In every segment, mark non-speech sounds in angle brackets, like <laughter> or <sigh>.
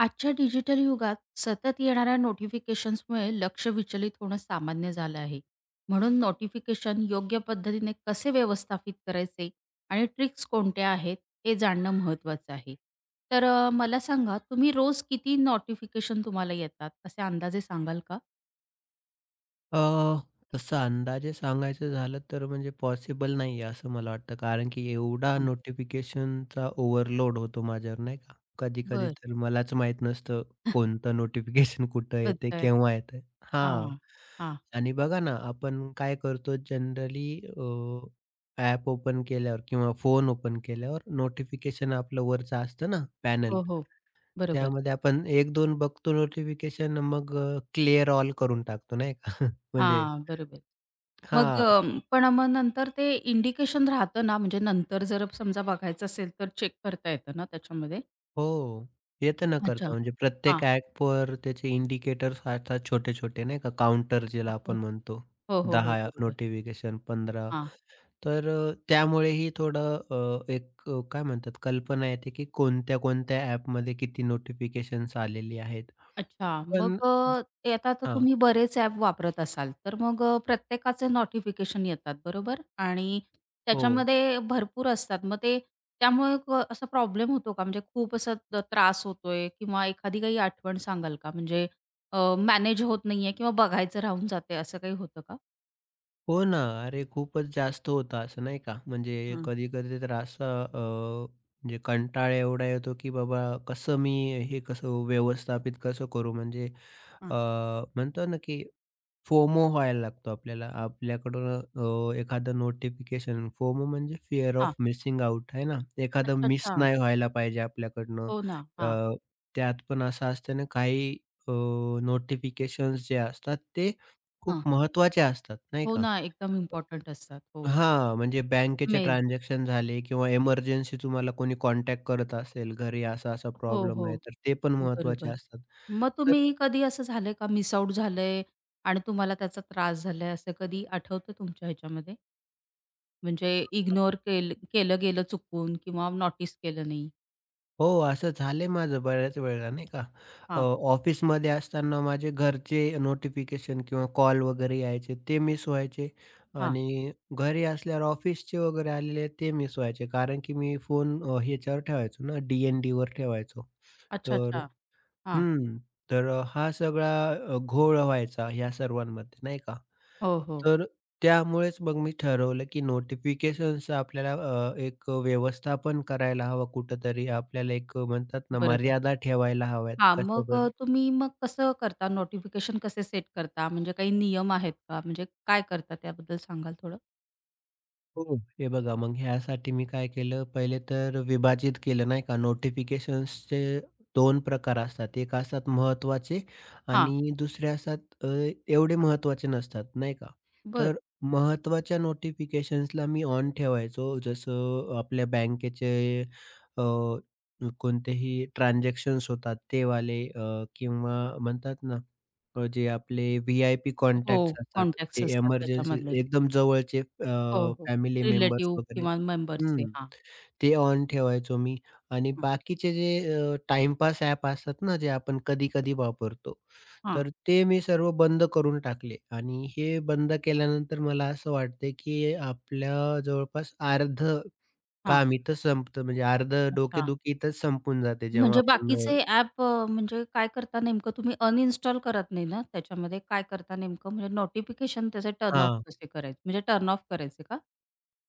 आजच्या डिजिटल युगात सतत येणाऱ्या नोटिफिकेशन्समुळे लक्ष विचलित होणं सामान्य झालं आहे. म्हणून नोटिफिकेशन योग्य पद्धतीने कसे व्यवस्थापित करायचे आणि ट्रिक्स कोणत्या आहेत हे जाणणं महत्त्वाचं आहे. तर मला सांगा तुम्ही रोज किती नोटिफिकेशन तुम्हाला येतात असे अंदाजे सांगाल का? अ, तसं अंदाजे सांगायचं झालं तर म्हणजे पॉसिबल नाही आहे असं मला वाटतं. कारण की एवढा हां. नोटिफिकेशनचा ओव्हरलोड होतो माझ्यावर नाही का. कधी-कधी बरं. तर मलाच माहीत नसतं <laughs> कोणतं नोटिफिकेशन <laughs> कुठं येते, कळतंय. केव्हा येतंय. हां. हां, हां. आणि बघा ना आपण काय करतो जनरली, ॲप ओपन केल्यावर किंवा फोन ओपन केल्यावर नोटिफिकेशन आपलं वरचं असतं ना पॅनल. हो, हो. बरोबर. त्यामध्ये आपण 1-2 बघतो नोटिफिकेशन, मग क्लिअर ऑल करून टाकतो नाही का. <laughs> म्हणजे हां, बरोबर. मग हां. अ, पण मग नंतर ते इंडिकेशन राहतं ना, म्हणजे नंतर जर समजा बघायचं असेल तर चेक करता येतं ना त्याच्यामध्ये? हो. येतं ना अच्छा. करता. म्हणजे हां. प्रत्येक ॲपवर त्याचे इंडिकेटर्स असतात छोटे-छोटे नाही का, काउंटर ज्याला आपण म्हणतो. हो, हो, हो, हो. 10 बरोबर. नोटिफिकेशन, 15, हां. तर त्यामुळेही थोडं एक काय म्हणतात, कल्पना येते, की कोणत्या-कोणत्या ॲपमध्ये किती नोटिफिकेशन्स आलेली आहेत. अच्छा. पण ते आता तर हां. तुम्ही बरेच ॲप वापरत असाल, तर प्रत्येकाचे नोटिफिकेशन येतात बरोबर? आणि हो. त्याच्यामध्ये भरपूर असतात. मग ते त्यामुळे असा प्रॉब्लेम होतो का? म्हणजे खूप असा त्रास होतोय किंवा एखादी काही आठवण सांगाल का? म्हणजे मॅनेज होत नाहीये किंवा बघायचं राहून जाते असं काही होतं का? हो ना. अरे खूपच जास्त होता असं नाही का? म्हणजे हं, कधी-कधी तर असं म्हणजे कंटाळा एवढा येतो, की बाबा कसं मी हे कसं व्यवस्थापित कसं करू? म्हणजे हं. अ, म्हणतो ना, की फोमो व्हायला लागतो आपल्याला. आपल्याकडून एखादं नोटिफिकेशन, फोमो म्हणजे फिअर हां. ऑफ मिसिंग आउट आहे ना? अच्छा, एखादं मिस अच्छा. नाही व्हायला पाहिजे आपल्याकडनं. हो ना. हां. अ, त्यात पण असं असतं ना, काही अ, जे असतात ते हां. खूप महत्त्वाचे असतात, नाही हो का? ना, एकदम इम्पोर्टंट असतात. हो. हां, म्हणजे बँकेचे मेल. ट्रान्झॅक्शन झाले किंवा एमर्जन्सी तुम्हाला कोणी कॉन्टॅक्ट करत असेल, घरी असा-असा हो, प्रॉब्लेम आहे, हो. तर ते पण महत्त्वाचे बरोबर. असतात. मग तर तुम्ही कधी असं झालंय का मिस आउट झालंय आणि तुम्हाला त्याचा त्रास झालाय असं कधी आठवतं तुमच्या ह्याच्यामध्ये? म्हणजे इग्नोर केलं गेलं चुकून किंवा नोटीस केलं नाही? हो, असं झालंय माझं बऱ्याच वेळेला नाही का. अ, हां, ऑफिसमध्ये असताना माझे घरचे नोटिफिकेशन किंवा कॉल वगैरे यायचे ते मिस व्हायचे, हां. आणि घरी असल्यावर ऑफिसचे वगैरे आलेले ते मिस व्हायचे, कारण की मी फोन ह्याच्यावर ठेवायचो ना, डी-एन-डीवर ठेवायचो. अच्छा, तर अच्छा. हां. हं. तर हा सगळा घोळ व्हायचा ह्या सर्वांमध्ये नाही का. हो, हो. तर त्यामुळेच मग मी ठरवलं, की नोटिफिकेशन्स आपल्याला एक व्यवस्थापन करायला हवं कुठेतरी. आपल्याला एक, म्हणतात ना, बरोबर. मर्यादा ठेवायला हव्यात. हां, कसं मग अ, तुम्ही मग कसं करता नोटिफिकेशन कसे सेट करता? म्हणजे काही नियम आहेत का? म्हणजे काय करता त्याबद्दल सांगाल थोडं? हो. हे बघा, मग ह्यासाठी मी काय केलं, पहिले तर विभाजित केलं नाही का. नोटिफिकेशन्सचे 2 प्रकार असतात. एक असतात महत्त्वाचे हां, आणि दुसरे असतात अ, एवढे महत्त्वाचे नसतात, नाही का. बरं. तर महत्त्वाच्या नोटिफिकेशन्सला मी ऑन ठेवायचो. जसं आपल्या बँकेचे अ, कोणतेही ट्रान्झॅक्शन्स होतात ते वाले, किंवा म्हणतात ना, जे आपले VIP हो, कॉन्टॅक्ट्स असतात, कॉन्टॅक्ट्स ते असतात एमर्जन्सी त्याच्यामधले. एकदम जवळचे हो, हो. फॅमिली मेंबर्स रिलेटिव्ह वगैरे, किंवा मेंबर्सचे. हं, हां, ते ऑन ठेवायचो मी. आणि हां, बाकीचे जे टाईमपास ॲप असतात ना, जे आपण कधी-कधी वापरतो, हां, तर ते मी सर्व बंद करून टाकले, आणि हे बंद केल्यानंतर मला असं वाटते, की आपल्या जवळपास अर्धं हां. काम इथं संपतं, म्हणजे अर्धं अच्छा. डोकेदुखी इथंच संपून जाते, जेव्हा म्हणजे आपण बाकीचे ॲप, म्हणजे काय करता नेमकं तुम्ही अनइन्स्टॉल करत नाही ना त्याच्यामध्ये? काय करता नेमकं? म्हणजे नोटिफिकेशन त्याचे टर्न ऑफ हां. कसे करायचे? म्हणजे टर्न ऑफ करायचे का?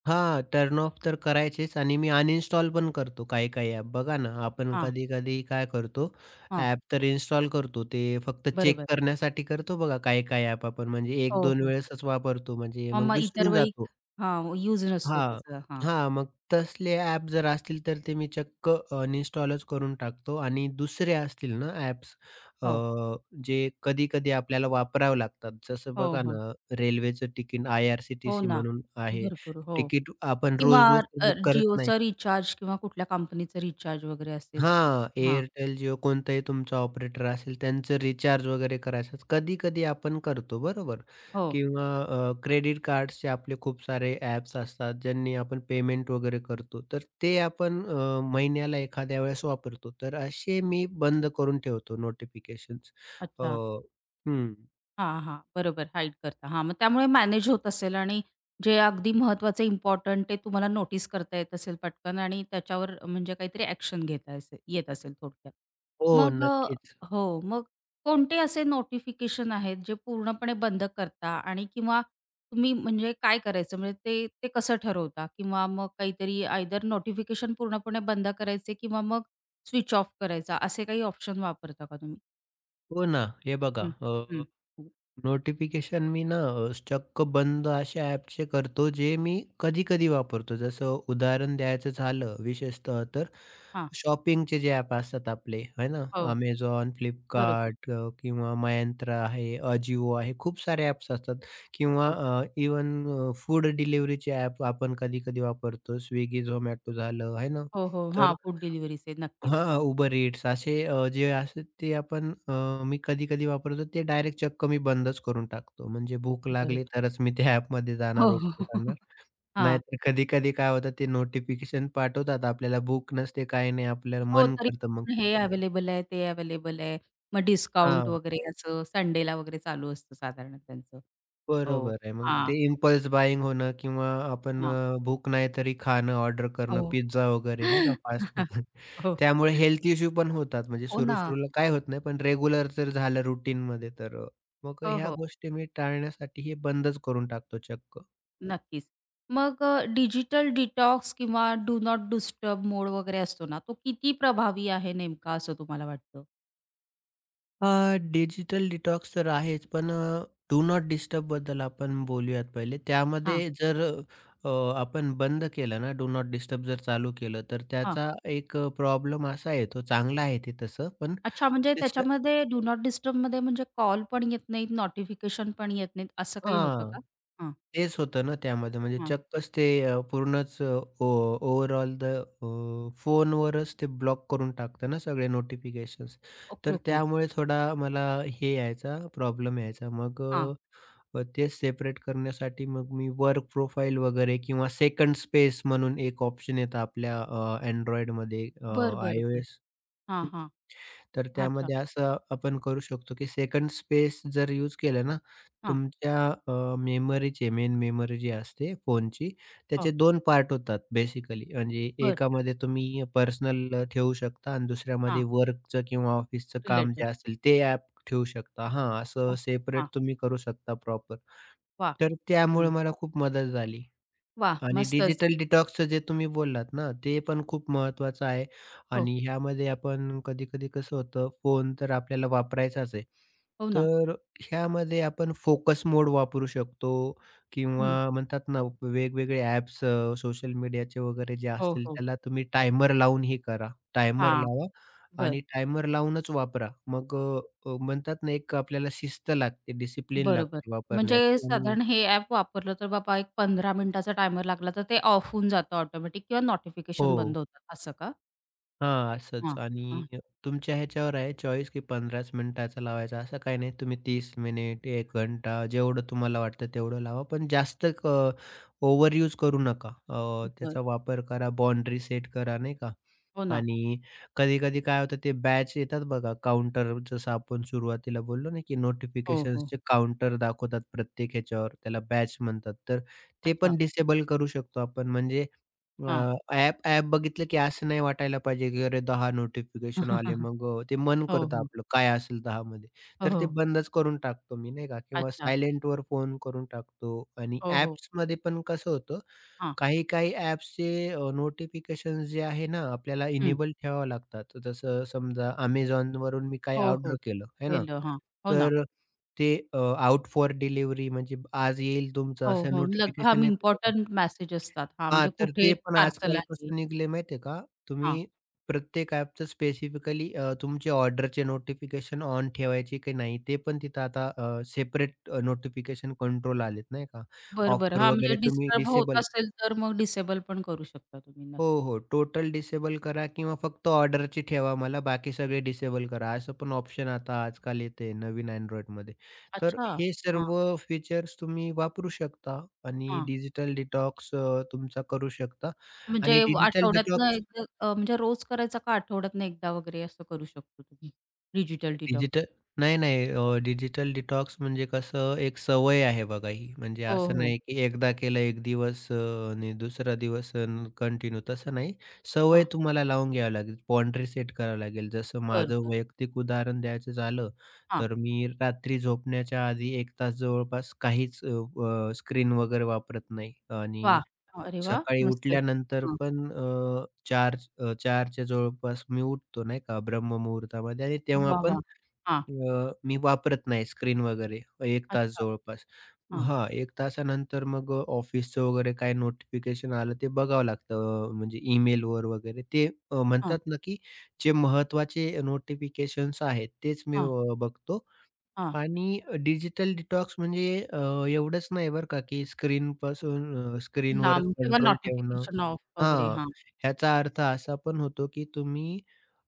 हां, टर्न ऑफ तर करायचेच, आणि मी अनइन्स्टॉल पण करतो काही-काही ॲप. बघा ना, आपण हां, कधी-कधी काय करतो, हां. ॲप तर इन्स्टॉल करतो. ते फक्त चेक बरोबर. करण्यासाठी करतो, बघा काही-काही ॲप आपण म्हणजे हो, 1-2 हो. वेळेसच वापरतो, म्हणजे मग मग इतर विसरून वेळी जातो. हां, यूज नसतो हां. त्याचा. हां. हां, मग तसले ॲप जर असतील तर ते मी चक्क अनइन्स्टॉलच करून टाकतो, आणि दुसरे असतील ना ॲप्स, अ, हो, जे कधी-कधी आपल्याला वापरावे लागतात. जसं हो, बघा हो. ना, रेल्वेचं तिकीट हो IRCTC ना. म्हणून आहे. भरपूर. हो. तिकीट आपण किंवा रोज-रोज बुक करत नाही. जिओचा रिचार्ज किंवा कुठल्या कंपनीचं रिचार्ज वगैरे असेल ते. हां, हां. Airtel, Jio, कोणताही तुमचा ऑपरेटर असेल, त्यांचं रिचार्ज वगैरे करायचं कधी-कधी आपण, करतो बरोबर. हो. किंवा क्रेडिट कार्ड्सचे आपले खूप सारे ॲप्स असतात, ज्यांनी आपण पेमेंट वगैरे करतो. तर ते आपण महिन्याला एखाद्या वेळेस वापरतो. तर असे मी बंद करून ठेवतो नोटिफिकेशन्स. अ, अच्छा. हं. हां, हां. बरोबर हाईड करता. हां, मग त्यामुळे मॅनेज होत असेल आणि जे अगदी महत्त्वाचं इम्पोर्टंट ते तुम्हाला नोटीस करता येत असेल पटकन आणि त्याच्यावर म्हणजे काहीतरी ॲक्शन घेता असे येत असेल थोडक्यात. हो, मग अ, नक्कीच. हो, मग कोणते असे नोटिफिकेशन आहेत जे पूर्णपणे बंद करता आणि किंवा तुम्ही म्हणजे काय करायचं म्हणजे ते ते कसं ठरवता? किंवा मग काहीतरी आयदर नोटिफिकेशन पूर्णपणे बंद करायचे किंवा मग स्विच ऑफ करायचा असे काही ऑप्शन वापरता का तुम्ही? हो ना, हे बघा. हं, हं. नोटिफिकेशन मी ना चक्क बंद अशा ॲप्सचे करतो जे मी कधी-कधी वापरतो. जसं उदाहरण द्यायचं झालं विशेषतः, तर हां. शॉपिंगचे जे ॲप असतात आपले आहे ना, हो, Amazon, बरोबर. Flipkart, किंवा Myntra आहे, Ajio आहे, खूप सारे ॲप्स असतात, किंवा हो, फूड डिलिव्हरीचे ॲप आपण कधी-कधी वापरतो. Swiggy, Zomato झालं आहे ना. हो, हो. हां, तर फूड डिलिव्हरीचे नक्कीच. हां, Uber Eats, असे जे असतात ते आपण, मी कधी-कधी वापरतो ते डायरेक्ट चक्क मी बंदच करून टाकतो. म्हणजे भूक बरोबर. लागली तरच मी त्या ॲपमध्ये हो, जाणार, हो. ओपन करणार. <laughs> हां. नाहीतर कधी-कधी काय होतं, ते नोटिफिकेशन पाठवतात आपल्याला, भूक नसते काही नाही, आपल्याला हो, मन तरी करतं मग. पण हे अवेलेबल आहे, ते अवेलेबल आहे. मग डिस्काउंट हां. वगैरे असं संडेला वगैरे चालू असतं साधारण त्यांचं. हो. बरोबर आहे. मग हां, ते इम्पल्स बायिंग होणं किंवा आपण, हां. भूक नाही तरी खाणं, ऑर्डर करणं, हो. पिझ्झा वगैरे नाही का, फास्ट फूड. <laughs> <laughs> हो. त्यामुळे हेल्थ इश्यू पण होतात. म्हणजे हो ना. सुरू-सुरूला काय होत नाही, पण रेग्युलर जर झालं रुटीनमध्ये तर मग हो, ह्या हो. गोष्टी मी टाळण्यासाठी हे बंदच करून टाकतो चक्क. नक्कीच. मग डिजिटल डिटॉक्स किंवा डू नॉट डिस्टर्ब मोड वगैरे असतो ना, तो किती प्रभावी आहे नेमका असं तुम्हाला वाटतं? अ, डिजिटल डिटॉक्स तर आहेच, पण डू नॉट डिस्टर्बबद्दल आपण बोलूयात पहिले. हां, त्यामध्ये जर अ, आपण बंद केलं ना, डू नॉट डिस्टर्ब जर चालू केलं, तर हां. त्याचा एक प्रॉब्लेम असा येतो, चांगला आहे ते तसं, पण अच्छा, म्हणजे त्याचं त्याच्यामध्ये डू नॉट डिस्टर्बमध्ये म्हणजे कॉल पण येत नाहीत, नोटिफिकेशन पण येत नाहीत, असं काही होतं हां. का? हां, तेच होतं ना त्यामध्ये, म्हणजे हां. चक्कच ते पूर्णच ओव्हरऑल द फोनवरच ते ब्लॉक करून टाकतं ना सगळे नोटिफिकेशन्स. ओके, तर ओके. त्यामुळे थोडा मला प्रॉब्लेम यायचा. मग अ, हां. अ, ते सेपरेट करण्यासाठी मग मी वर्क प्रोफाइल वगैरे किंवा सेकंड स्पेस म्हणून एक ऑप्शन येतं आपल्या Androidमध्ये, बर, बर, बरं. iOS. हां, हां. तर अच्छा. त्यामध्ये असं आपण करू शकतो, की सेकंड स्पेस जर यूज केलं ना, हां, तुमच्या मेमरीचे मेन मेमरी जी असते फोनची, त्याचे हो. दोन पार्ट होतात बेसिकली. म्हणजे बरं. एकामध्ये तुम्ही पर्सनल ठेवू शकता, आणि हां. दुसऱ्यामध्ये वर्कचं किंवा ऑफिसचं काम जे रिलेटेड. असेल ते ॲप ठेवू शकता. हां, हां, असं सेपरेट हां. तुम्ही करू शकता प्रॉपर. वाह! तर त्यामुळे हं. मला खूप मदत झाली. वाह! आणि मस्तच. डिजिटल डिटॉक्सचं जे तुम्ही बोललात ना, ते पण खूप महत्त्वाचं आहे, हो, आणि ह्यामध्ये आपण कधी-कधी कसं होतं, फोन तर आपल्याला वापरायचाच आहे. हो ना. तर ह्यामध्ये आपण फोकस मोड वापरू शकतो, किंवा हं. म्हणतात ना, वेगवेगळे ॲप्स, सोशल मीडियाचे वगैरे जे हो, असतील, हो. त्याला तुम्ही टायमर लावून हे करा. टायमर हां. लावा, बर, आणि टायमर लावूनच वापरा. मग म्हणतात ना, एक आपल्याला शिस्त लागते, डिसिप्लिन बरोबर. लागते म्हणजे वापरण्याची, आणि साधारण हे ॲप वापरलं तर बाबा एक 15 मिनिटाचा टायमर लागला तर ते ऑफ होऊन जातं ऑटोमॅटिक किंवा नोटिफिकेशन हो. बंद होतात असं का? हां, असंच. हां, आणि हां. तुमच्या ह्याच्यावर आहे चॉईस, की 15च मिनिटाचा लावायचा असं काही नाही. तुम्ही 30 मिनिट, एक घंटा जेवढं तुम्हाला वाटतं तेवढं लावा. पण जास्त ओव्हर यूज करू नका. बरं. त्याचा वापर करा, बाउंडरी सेट करा नाही का? हो ना. आणि कधी-कधी काय होतं, ते बॅच येतात बघा, काउंटर जसं आपण सुरुवातीला बोललो ना, की हो, हो. नोटिफिकेशन्सचे काउंटर दाखवतात प्रत्येक ह्याच्यावर, त्याला बॅच म्हणतात. तर ते अच्छा. पण डिसेबल करू शकतो आपण. म्हणजे अ, हां. ॲप ॲप बघितलं की असं नाही वाटायला पाहिजे, की अरे, 10 नोटिफिकेशन आले. <laughs> मग ते मन हो, करतं हो. आपलं, काय असेल 10 मध्ये. हो, तर ते हो. बंदच करून टाकतो मी नाही का, किंवा अच्छा. सायलेंट वर फोन करून टाकतो. आणि हो, हो. ॲप्समध्ये पण कसं होतं, हां. काही-काही ॲप्सचे नोटिफिकेशन जे आहे ना, आपल्याला हं. इनेबल ठेवावं लागतात. जसं समजा Amazonवरून मी काही हो, हो. ऑर्डर केलं, आहे ना? केलं. हां. हो ना. तर ते आउट फॉर डिलिव्हरी, म्हणजे आज येईल तुमचं हो, असं हो. हां, नोटिफिकेशन मी येतं बघा. इम्पोर्टंट मेसेज असतात. हां, हां, म्हणजे तर कुठे ते पण पार्सल आजकाल आहे. कसं निघले माहिती आहे का? तुम्ही हां. प्रत्येक ॲपचं स्पेसिफिकली, तुमचे ऑर्डरचे नोटिफिकेशन ऑन ठेवायचे की नाही, ते पण तिथं आता सेपरेट नोटिफिकेशन कंट्रोल आलेत नाही का? बरं, बरं. ऑफर हां, म्हणजे वगैरे तुम्ही डिस्टर्ब होत डिसेबल, असेल तर मग डिसेबल पण करू शकता तुम्ही हो, नक्कीच. हो. टोटल डिसेबल करा, किंवा फक्त ऑर्डरची ठेवा मला, बाकी सगळे डिसेबल करा. असं पण ऑप्शन आता आजकाल येते नवीन Androidमध्ये. तर अच्छा. हे हां, सर्व फीचर्स तुम्ही वापरू शकता, आणि हां. डिजिटल डिटॉक्स तुमचा करू शकता. म्हणजे आणि डिजिटल आठवड्यातनं डिटॉक्स एकदा म्हणजे रोज करायचा का आठवड्यातनं एकदा वगैरे असं करू शकतो तुम्ही? Digital detox. डिजिटल नाही, नाही. डिजिटल डिटॉक्स म्हणजे कसं, एक सवय आहे बघा ही. म्हणजे हो, असं हो. नाही, की एकदा केलं एक दिवस आणि दुसरा दिवस कंटिन्यू, तसं नाही. सवय हां. तुम्हाला लावून घ्यावी लागेल. बाउंडरी सेट करावी लागेल. जसं बरं, माझं बरं. वैयक्तिक उदाहरण द्यायचं झालं, हां. तर मी रात्री झोपण्याच्या आधी 1 तास जवळपास काहीच स्क्रीन वगैरे वापरत नाही, आणि वाह! अरे वाह! सकाळी मस्तच. उठल्यानंतर पण 4 4च्या जवळपास मी उठतो नाही का ब्रह्ममुहूर्तामध्ये, आणि तेव्हा वाह, पण वाह! हां. मी वापरत नाही स्क्रीन वगैरे, एक तास अच्छा. जवळपास. हां, हां, 1 तासानंतर मग ऑफिसचं वगैरे काय नोटिफिकेशन आलं ते बघावं लागतं. म्हणजे ईमेलवर वगैरे ते, हां, म्हणतात ना, की जे महत्त्वाचे नोटिफिकेशन्स आहेत तेच मी हां, बघतो. हां. आणि डिजिटल डिटॉक्स म्हणजे अ, एवढंच नाही बरं का, की स्क्रीनपासून स्क्रीनवरच लांब किंवा कंट्रोल ठेवणं. नोटिफिकेशन ऑफ वगैरे. हां, हां, ह्याचा अर्थ असा पण होतो, की तुम्ही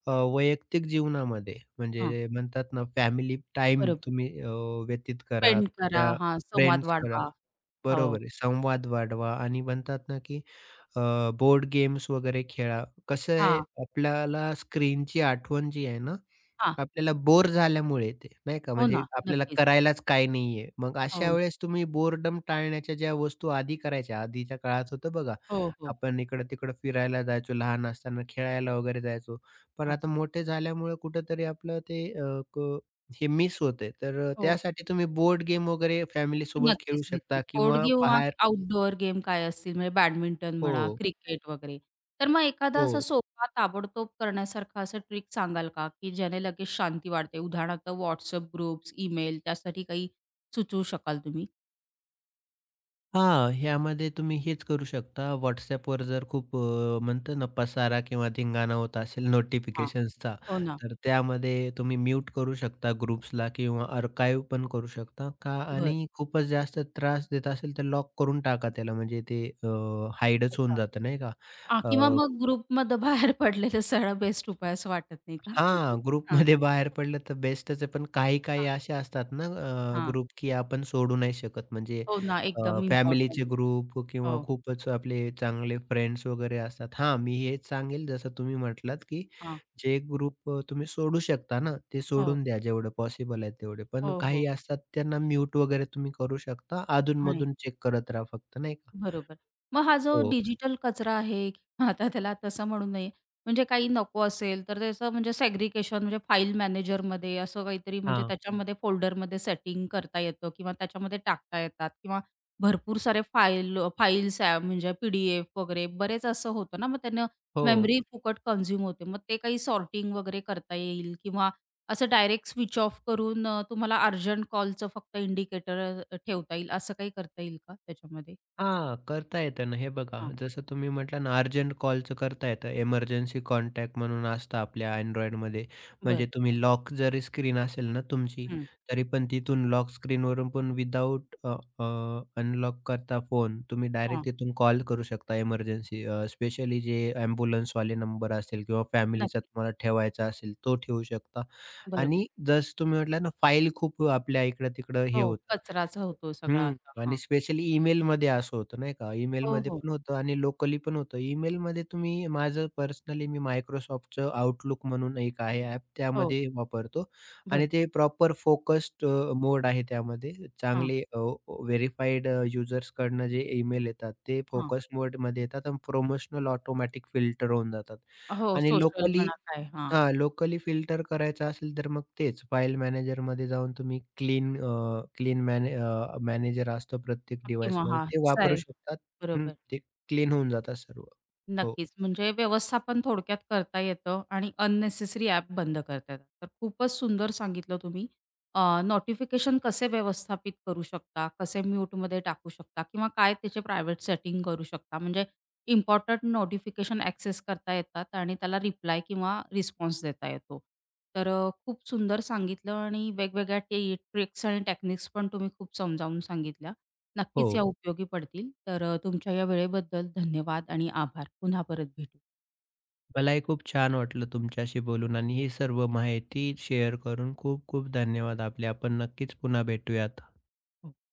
वैयक्तिक जीवनामध्ये, हां. म्हणजे म्हणतात ना, फॅमिली टाईम बरोबर. तुम्ही व्यतीत करा, पेंड करा. तुमच्या हां, संवाद फ्रेंड्स करा. वाढवा. हो. बरोबर आहे. संवाद वाढवा, आणि म्हणतात ना, की अ, बोर्ड गेम्स वगैरे खेळा. कसं आहे, हां, आपल्याला स्क्रीनची आठवण जी आहे ना, हां. आपल्याला बोर झाल्यामुळे येते नाही का. हो म्हणजे ना. आपल्याला नक्कीच. करायलाच काही नाहीये. मग अशा हो, वेळेस तुम्ही बोरडम टाळण्याच्या ज्या वस्तू आधी करायच्या, आधीच्या काळात होतं बघा, हो, हो. आपण इकडं-तिकडं फिरायला जायचो लहान असताना, खेळायला वगैरे जायचो. पण हां, आता मोठे झाल्यामुळे कुठेतरी आपलं ते, अ, क हे मिस होतंय. तर हो. त्यासाठी तुम्ही बोर्ड गेम वगैरे फॅमिलीसोबत नक्कीच, खेळू नक्कीच. शकता, बोर्ड किंवा किंवा बाहेर. आउटडोअर गेम काय असतील म्हणजे बॅडमिंटन म्हणा, हो, क्रिकेट वगैरे. तर मग एखादा असा हो. सोपा ताबडतोब करण्यासारखा असा ट्रिक सांगाल का, की ज्याने लगेच शांती वाढते? उदाहरणार्थ WhatsApp ग्रुप्स, ईमेल त्यासाठी काही सुचवू शकाल तुम्ही? हां, ह्यामध्ये तुम्ही हेच करू शकता. WhatsAppवर जर खूप म्हणतो ना, पसारा किंवा धिंगाणा होत असेल नोटिफिकेशन्सचा, हो ना. तर त्यामध्ये तुम्ही म्यूट करू शकता ग्रुप्सला, किंवा आर्काइव्ह पण करू शकता का, बरं. आणि खूपच जास्त त्रास देत असेल तर लॉक करून टाका त्याला. म्हणजे ते हाईडच होऊन अच्छा. जातं नाही का? हां, अ, किंवा मग ग्रुपमधनं बाहेर पडलेलं सरळ बेस्ट उपाय असं वाटत नाही का? हां, <laughs> हां, ग्रुपमध्ये बाहेर पडलं तर बेस्टच आहे. पण हां, काही-काही असे असतात ना हां. ग्रुप, की आपण सोडू नाही शकत. म्हणजे हो ना, अ, एकदम फॅमिलीचे इम्पॉर्टंट. ग्रुप किंवा हो. खूपच आपले चांगले फ्रेंड्स वगैरे असतात. हां, मी हेच सांगेल, जसं तुम्ही म्हटलात, की हां. जे ग्रुप तुम्ही सोडू शकता ना, ते हो. सोडून द्या जेवढं पॉसिबल आहे तेवढे. पण हो, काही हो. असतात, त्यांना म्यूट वगैरे तुम्ही करू शकता. आणि अधून चेक करत राहा फक्त नाही का? बरोबर. मग हा जो हो. डिजिटल कचरा आहे <laughs> आता त्याला तसं म्हणू नये, म्हणजे काही नको असेल तर त्याचं म्हणजे सेग्रीगेशन म्हणजे फाईल मॅनेजरमध्ये असं काहीतरी म्हणजे हं. हां. त्याच्यामध्ये फोल्डरमध्ये सेटिंग करता येतं किंवा त्याच्यामध्ये टाकता येतात किंवा भरपूर सारे फाईल्स म्हणजे पी-डी-एफ वगैरे बरेच असं होतं ना, मग त्यांना हो. मेमरी फुकट कंझ्युम होते. मग ते काही सॉर्टिंग वगैरे करता येईल किंवा असं डायरेक्ट स्विच ऑफ करून तुम्हाला अर्जंट कॉलचं फक्त इंडिकेटर ठेवता येईल असं काही करता येईल का त्याच्यामध्ये? हां, करता येतं ना. हे बघा, जसं तुम्ही म्हटला ना, अर्जंट कॉलचं करता येतं. एमर्जन्सी कॉन्टॅक्ट म्हणून असतं आपल्या Androidमध्ये. बर, म्हणजे तुम्ही लॉक जरी स्क्रीन असेल ना तुमची, हं. तरी पण तिथून लॉक स्क्रीनवरून पण विदाऊट अ, अ, अनलॉक करता फोन, तुम्ही हां. डायरेक्ट तिथून कॉल करू शकता एमर्जन्सी. स्पेशली जे ॲम्ब्युलन्सवाले नंबर असतील, किंवा फॅमिलीचा नक्की. तुम्हाला ठेवायचा असेल, तो ठेवू शकता. बरोबर. आणि जसं तुम्ही म्हटला ना, फाईल खूप आपल्या इकडं-तिकडं हे हो, होतात. कचराच होतो सगळा हं. असा. हां. आणि स्पेशली ईमेलमध्ये असं होतं नाही का? हो, ईमेलमध्ये हो. पण होतं, आणि लोकली पण होतं. ईमेलमध्ये तुम्ही, माझं पर्सनली मी Microsoftचं Outlook म्हणून एक आहे ॲप, हो. त्यामध्ये वापरतो, बरं. आणि ते प्रॉपर फोकस्ड मोड आहे त्यामध्ये. हां, चांगले व्हेरिफाईड युजर्सकडनं जे ईमेल येतात ते हां. फोकस मोडमध्ये येतात, आणि प्रोमोशनल ऑटोमॅटिक फिल्टर होऊन जातात. हो, आणि सोशल म्हणा काय. हां. हां, लोकली फिल्टर करायचं असेल तर मग तेच फाईल मॅनेजरमध्ये जाऊन तुम्ही क्लीन मॅनेजर असतो प्रत्येक किंवा डिव्हाइसमध्ये, हां, ते साय वापरू शकतात. हं, बरोबर. ते क्लीन होऊन जातात सर्व. हो. नक्कीच. म्हणजे व्यवस्थापन थोडक्यात करता येतं आणि अननेसेसरी ॲप बंद करता येतात. तर खूपच सुंदर सांगितलं तुम्ही. नोटिफिकेशन कसे व्यवस्थापित करू शकता, कसे म्यूटमध्ये टाकू शकता किंवा काय त्याचे प्रायव्हेट सेटिंग करू शकता. म्हणजे इम्पोर्टंट नोटिफिकेशन ॲक्सेस करता येतात आणि त्याला रिप्लाय किंवा रिस्पॉन्स देता येतो. खूप सुंदर सांगितलं आणि वेगवेगळ्या ट्रिक्स आणि टेक्निक्स पण तुम्ही खूप समजावून सांगितल्या. हो. नक्कीच या उपयोगी पडतील. तुमच्या या वेळेबद्दल धन्यवाद आणि आभार. पुन्हा परत भेटू. मलाही खूप छान वाटलं तुमच्याशी बोलून, आणि ही सर्व माहिती शेअर करून खूप खूप धन्यवाद आपले. आपण नक्कीच पुन्हा भेटूयात.